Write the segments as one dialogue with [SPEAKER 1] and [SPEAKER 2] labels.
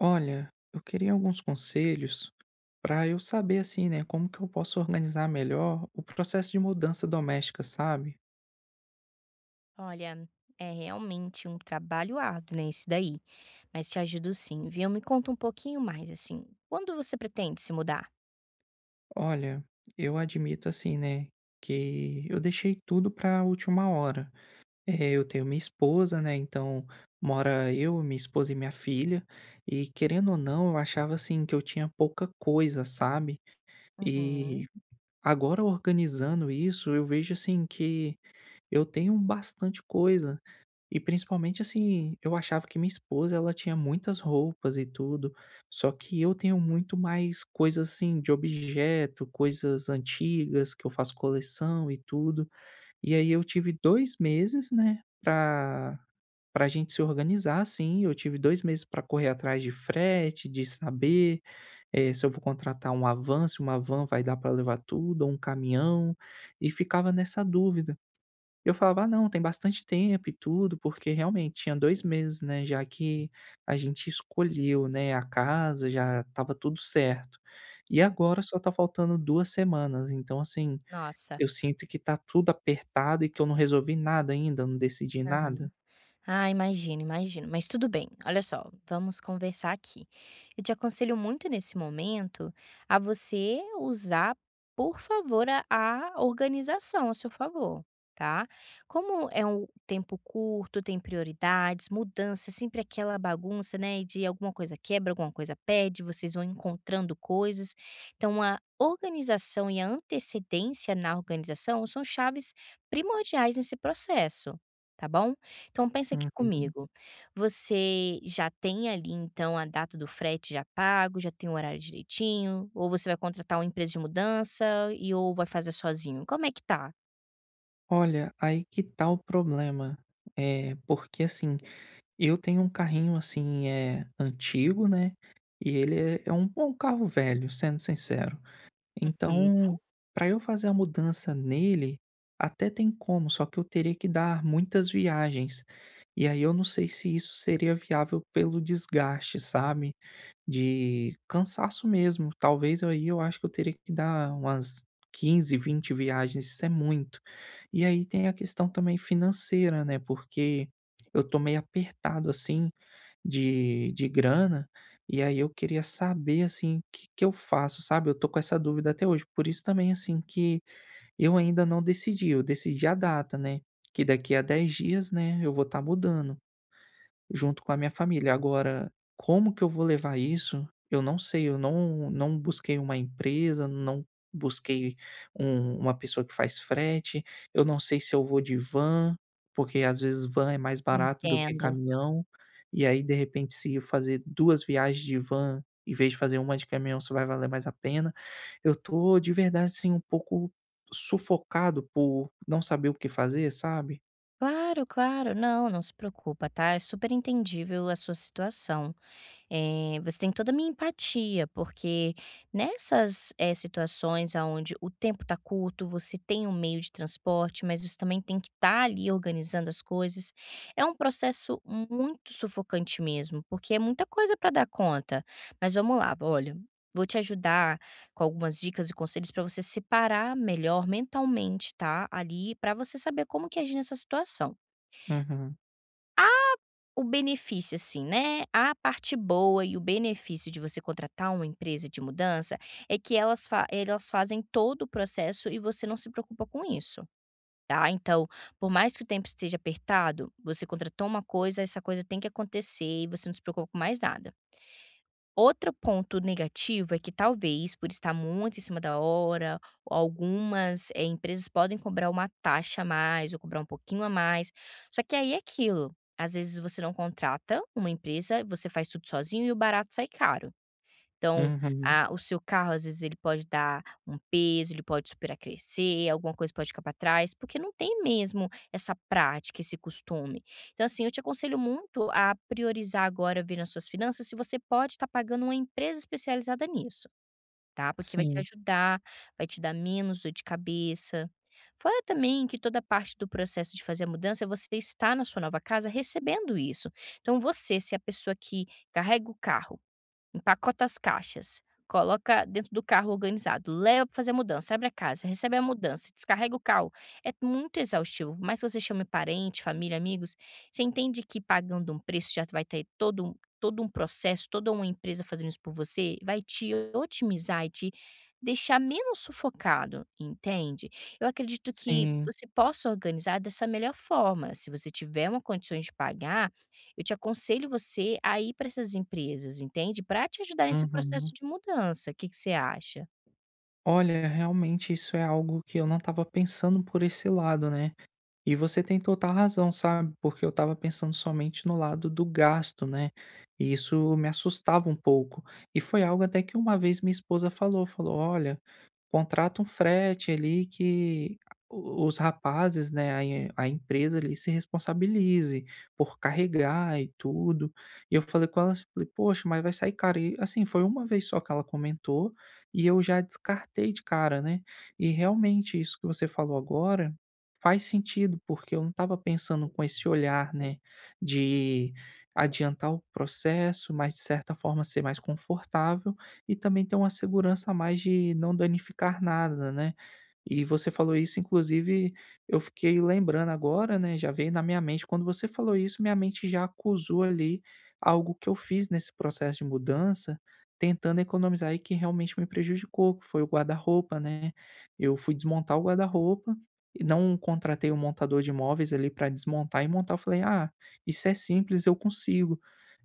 [SPEAKER 1] Olha, eu queria alguns conselhos para eu saber assim, né, como que eu posso organizar melhor o processo de mudança doméstica, sabe?
[SPEAKER 2] Olha, é realmente um trabalho árduo, né, esse daí. Mas te ajudo sim, viu? Me conta um pouquinho mais, assim, quando você pretende se mudar?
[SPEAKER 1] Olha, eu admito assim, né, que eu deixei tudo para a última hora. É, eu tenho minha esposa, né, então mora eu, minha esposa e minha filha, e querendo ou não, eu achava assim que eu tinha pouca coisa, sabe? E
[SPEAKER 2] Uhum.
[SPEAKER 1] agora organizando isso, eu vejo assim que eu tenho bastante coisa. E principalmente, assim, eu achava que minha esposa ela tinha muitas roupas e tudo, só que eu tenho muito mais coisas assim de objeto, coisas antigas que eu faço coleção e tudo. E aí eu tive 2 meses, né, pra gente se organizar, assim, eu tive 2 meses para correr atrás de frete, de saber, se eu vou contratar um van, se uma van vai dar para levar tudo ou um caminhão, e ficava nessa dúvida. Eu falava: "Ah, não, tem bastante tempo e tudo", porque realmente tinha 2 meses, né, já que a gente escolheu, né, a casa, já estava tudo certo. E
[SPEAKER 2] Hum.
[SPEAKER 1] agora só tá faltando 2 semanas, então, assim,
[SPEAKER 2] Nossa.
[SPEAKER 1] eu sinto que tá tudo apertado e que eu não resolvi nada ainda, não decidi nada.
[SPEAKER 2] Ah, imagino, imagino. Mas tudo bem, olha só, vamos conversar aqui. Eu te aconselho muito nesse momento a você usar, por favor, a organização a seu favor, tá? Como é um tempo curto, tem prioridades, mudança, sempre aquela bagunça, né? De alguma coisa quebra, alguma coisa perde, vocês vão encontrando coisas. Então, a organização e a antecedência na organização são chaves primordiais nesse processo, tá bom? Então pensa aqui
[SPEAKER 1] Uhum.
[SPEAKER 2] comigo, você já tem ali então a data do frete já pago, já tem o horário direitinho, ou você vai contratar uma empresa de mudança e ou vai fazer sozinho? Como é que tá?
[SPEAKER 1] Olha, aí que tá o problema. É porque, assim, eu tenho um carrinho, assim, é antigo, né, e ele é um carro velho, sendo sincero.
[SPEAKER 2] Uhum.
[SPEAKER 1] Então, para eu fazer a mudança nele, até tem como, só que eu teria que dar muitas viagens. E aí eu não sei se isso seria viável pelo desgaste, sabe? De cansaço mesmo, talvez aí eu acho que eu teria que dar umas 15, 20 viagens, isso é muito. E aí tem a questão também financeira, né, porque eu tô meio apertado, assim, de grana, e aí eu queria saber, assim, o que que eu faço, sabe, eu tô com essa dúvida até hoje. Por isso também, assim, que eu ainda não decidi, eu decidi a data, né, que daqui a 10 dias, né, eu vou estar mudando junto com a minha família. Agora, como que eu vou levar isso? Eu não sei, eu não busquei uma empresa, não busquei uma pessoa que faz frete, eu não sei se eu vou de van, porque às vezes van é mais barato do que
[SPEAKER 2] Entendo.
[SPEAKER 1] caminhão, e aí de repente se eu fazer 2 viagens de van, em vez de fazer uma de caminhão, isso vai valer mais a pena. Eu tô de verdade, assim, um pouco sufocado por não saber o que fazer, sabe?
[SPEAKER 2] Claro, claro. Não, não se preocupa, tá? É super entendível a sua situação. Você tem toda a minha empatia, porque nessas, situações aonde o tempo está curto, você tem um meio de transporte, mas você também tem que estar ali organizando as coisas, é um processo muito sufocante mesmo, porque é muita coisa para dar conta. Mas vamos lá, olha, vou te ajudar com algumas dicas e conselhos para você separar melhor mentalmente, tá, ali, para você saber como que agir nessa situação.
[SPEAKER 1] Uhum,
[SPEAKER 2] O benefício, assim, né, a parte boa e o benefício de você contratar uma empresa de mudança é que elas fazem todo o processo e você não se preocupa com isso, tá. Então, por mais que o tempo esteja apertado, você contratou uma coisa, essa coisa tem que acontecer e você não se preocupa com mais nada. Outro ponto negativo é que talvez, por estar muito em cima da hora, algumas, empresas podem cobrar uma taxa a mais ou cobrar um pouquinho a mais. Só que aí é aquilo, às vezes você não contrata uma empresa, você faz tudo sozinho e o barato sai caro. Então,
[SPEAKER 1] uhum,
[SPEAKER 2] ah, o seu carro, às vezes, ele pode dar um peso, ele pode superacrescer, alguma coisa pode ficar para trás, porque não tem mesmo essa prática, esse costume. Então, assim, eu te aconselho muito a priorizar agora, vendo nas suas finanças, se você pode estar pagando uma empresa especializada nisso, tá? Porque vai te
[SPEAKER 1] sim,
[SPEAKER 2] ajudar, vai te dar menos dor de cabeça. Fora também que toda parte do processo de fazer a mudança, você está na sua nova casa recebendo isso. Então, você, se é a pessoa que carrega o carro, empacota as caixas, coloca dentro do carro organizado, leva para fazer a mudança, abre a casa, recebe a mudança, descarrega o carro. É muito exaustivo. Por mais que você chame parente, família, amigos, você entende que pagando um preço já vai ter todo um processo, toda uma empresa fazendo isso por você, vai te otimizar e te deixar menos sufocado, entende? Eu acredito que
[SPEAKER 1] sim.
[SPEAKER 2] você possa organizar dessa melhor forma. Se você tiver uma condições de pagar, eu te aconselho você a ir para essas empresas, entende, para te ajudar nesse processo
[SPEAKER 1] Uhum.
[SPEAKER 2] de mudança. O que que você acha?
[SPEAKER 1] Olha, realmente isso é algo que eu não estava pensando por esse lado, né? E você tem total razão, sabe? Porque eu estava pensando somente no lado do gasto, né? E isso me assustava um pouco. E foi algo até que uma vez minha esposa falou, olha, contrata um frete ali que o os rapazes, né, a empresa ali se responsabilize por carregar e tudo. E eu falei com ela assim, falei: "Poxa, mas vai sair caro". E assim, foi uma vez só que ela comentou e eu já descartei de cara, né. E realmente isso que você falou agora faz sentido, porque eu não estava pensando com esse olhar, né, de adiantar o processo, mas de certa forma ser mais confortável e também ter uma segurança a mais de não danificar nada, né. E você falou isso, inclusive, eu fiquei lembrando agora, né, já veio na minha mente, quando você falou isso, minha mente já acusou ali algo que eu fiz nesse processo de mudança, tentando economizar e que realmente me prejudicou, que foi o guarda-roupa, né. Eu fui desmontar o guarda-roupa e não contratei um montador de móveis ali para desmontar e montar, eu falei: "Ah, isso é simples, eu consigo".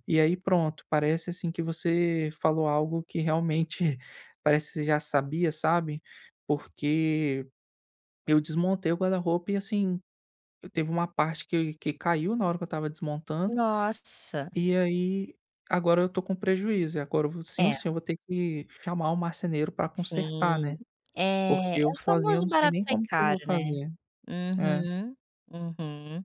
[SPEAKER 1] E aí pronto, parece assim que você falou algo que realmente parece que você já sabia, sabe. Porque eu desmontei o guarda-roupa e assim, teve uma parte que caiu na hora que eu estava desmontando,
[SPEAKER 2] Nossa,
[SPEAKER 1] e aí agora eu tô com prejuízo, e agora eu vou sim ou
[SPEAKER 2] é,
[SPEAKER 1] sim eu vou ter que chamar o marceneiro para consertar,
[SPEAKER 2] sim.
[SPEAKER 1] né.
[SPEAKER 2] É,
[SPEAKER 1] Porque eu
[SPEAKER 2] é o
[SPEAKER 1] sozinho eu
[SPEAKER 2] famoso
[SPEAKER 1] não sei
[SPEAKER 2] barato
[SPEAKER 1] nem
[SPEAKER 2] sai
[SPEAKER 1] como que eu vou
[SPEAKER 2] caro, né.
[SPEAKER 1] fazer. É.
[SPEAKER 2] Uhum, uhum.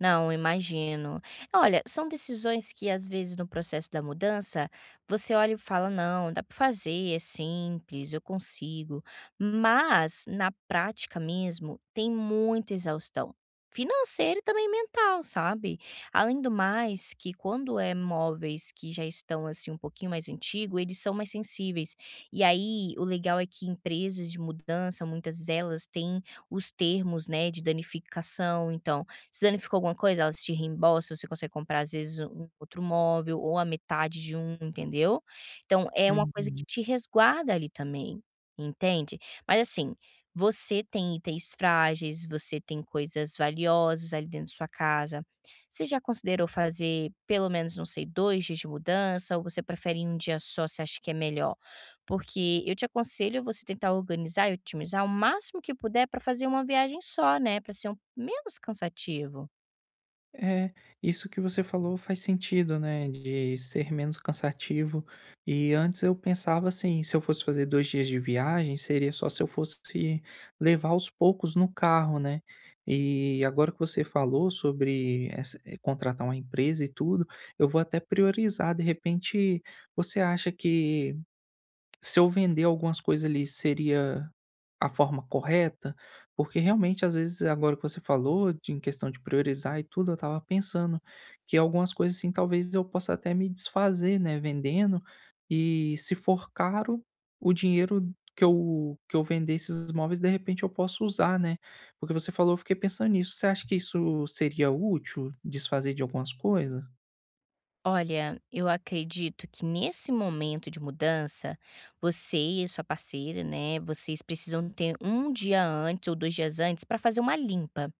[SPEAKER 2] Não, imagino. Olha, são decisões que às vezes no processo da mudança, você olha e fala: "Não, dá para fazer, é simples, eu consigo". Mas na prática mesmo, tem muita exaustão financeira e também mental, sabe. Além do mais que quando é móveis que já estão, assim, um pouquinho mais antigo, eles são mais sensíveis. E aí, o legal é que empresas de mudança, muitas delas têm os termos, né, de danificação, então, se danificou alguma coisa, elas te reembolsam, você consegue comprar às vezes um outro móvel ou a metade de um, entendeu. Então é uma coisa que
[SPEAKER 1] Uhum.
[SPEAKER 2] te resguarda ali também, entende. Mas assim, você tem itens frágeis, você tem coisas valiosas ali dentro de sua casa. Você já considerou fazer pelo menos, não sei, 2 dias de mudança ou você prefere em um dia só, você acha que é melhor? Porque eu te aconselho você tentar organizar e otimizar o máximo que puder para fazer uma viagem só, né, para ser um menos cansativo.
[SPEAKER 1] É, isso que você falou faz sentido, né? De ser menos cansativo. E antes eu pensava assim, se eu fosse fazer 2 dias de viagem, seria só se eu fosse levar aos poucos no carro, né? E agora que você falou sobre contratar uma empresa e tudo, eu vou até priorizar. De repente, você acha que se eu vender algumas coisas ali, seria a forma correta? Porque realmente, às vezes, agora que você falou de em questão de priorizar e tudo, eu estava pensando que algumas coisas, assim, talvez eu possa até me desfazer, né, vendendo, e se for caro, o dinheiro que eu vender esses móveis, de repente, eu posso usar, né. Porque você falou, eu fiquei pensando nisso. Você acha que isso seria útil, desfazer de algumas coisas?
[SPEAKER 2] Olha, eu acredito que nesse momento de mudança, você e sua parceira, né, vocês precisam ter um dia antes ou 2 dias antes para fazer uma limpa.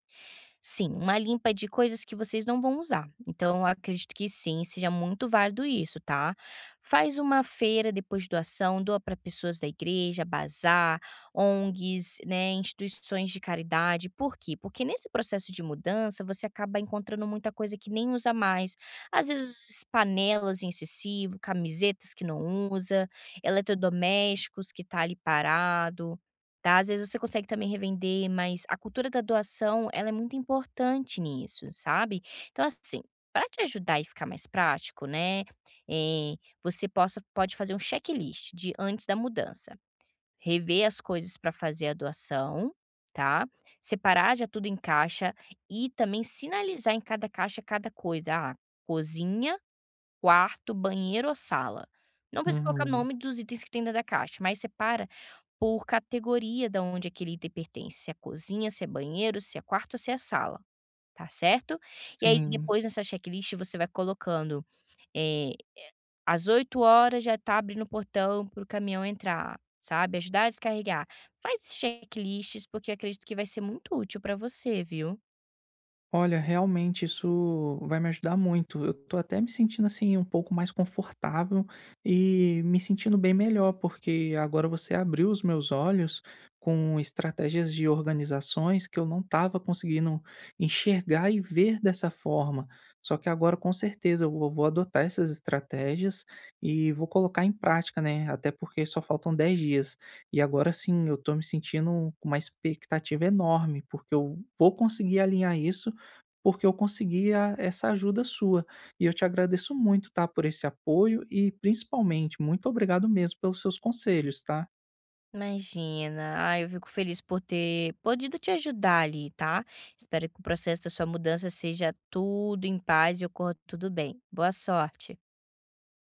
[SPEAKER 2] Sim, uma limpa de coisas que vocês não vão usar. Então, eu acredito que sim, seja muito válido isso, tá? Faz uma feira depois de doação, doa para pessoas da igreja, bazar, ONGs, né, instituições de caridade. Por quê? Porque nesse processo de mudança, você acaba encontrando muita coisa que nem usa mais. Às vezes, panelas em excessivo, camisetas que não usa, eletrodomésticos que tá ali parado. Tá, às vezes você consegue também revender, mas a cultura da doação, ela é muito importante nisso, sabe. Então, assim, para te ajudar e ficar mais prático, né, eh, você possa pode fazer um checklist de antes da mudança, rever as coisas para fazer a doação, tá, separar já tudo em caixa e também sinalizar em cada caixa cada coisa: "Ah, cozinha, quarto, banheiro ou sala". Não precisa colocar
[SPEAKER 1] Uhum,
[SPEAKER 2] nome dos itens que tem dentro da caixa, mas separa por categoria da onde aquele item pertence, se é cozinha, se é banheiro, se é quarto ou se é sala, tá certo? E aí
[SPEAKER 1] sim.
[SPEAKER 2] depois nessa checklist você vai colocando, eh, às 8h já tá abrindo o portão para o caminhão entrar, sabe, ajudar a descarregar. Faz checklists, porque eu acredito que vai ser muito útil pra você, viu?
[SPEAKER 1] Olha, realmente isso vai me ajudar muito. Eu tô até me sentindo assim um pouco mais confortável e me sentindo bem melhor, porque agora você abriu os meus olhos com estratégias de organizações que eu não estava conseguindo enxergar e ver dessa forma. Só que agora com certeza eu vou adotar essas estratégias e vou colocar em prática, né? Até porque só faltam 10 dias. E agora sim, eu tô me sentindo com uma expectativa enorme, porque eu vou conseguir alinhar isso porque eu consegui a essa ajuda sua. E eu te agradeço muito, tá, por esse apoio e, principalmente, muito obrigado mesmo pelos seus conselhos, tá?
[SPEAKER 2] Imagina. Ah, eu fico feliz por ter podido te ajudar ali, tá? Espero que o processo da sua mudança seja tudo em paz e ocorra tudo bem. Boa sorte.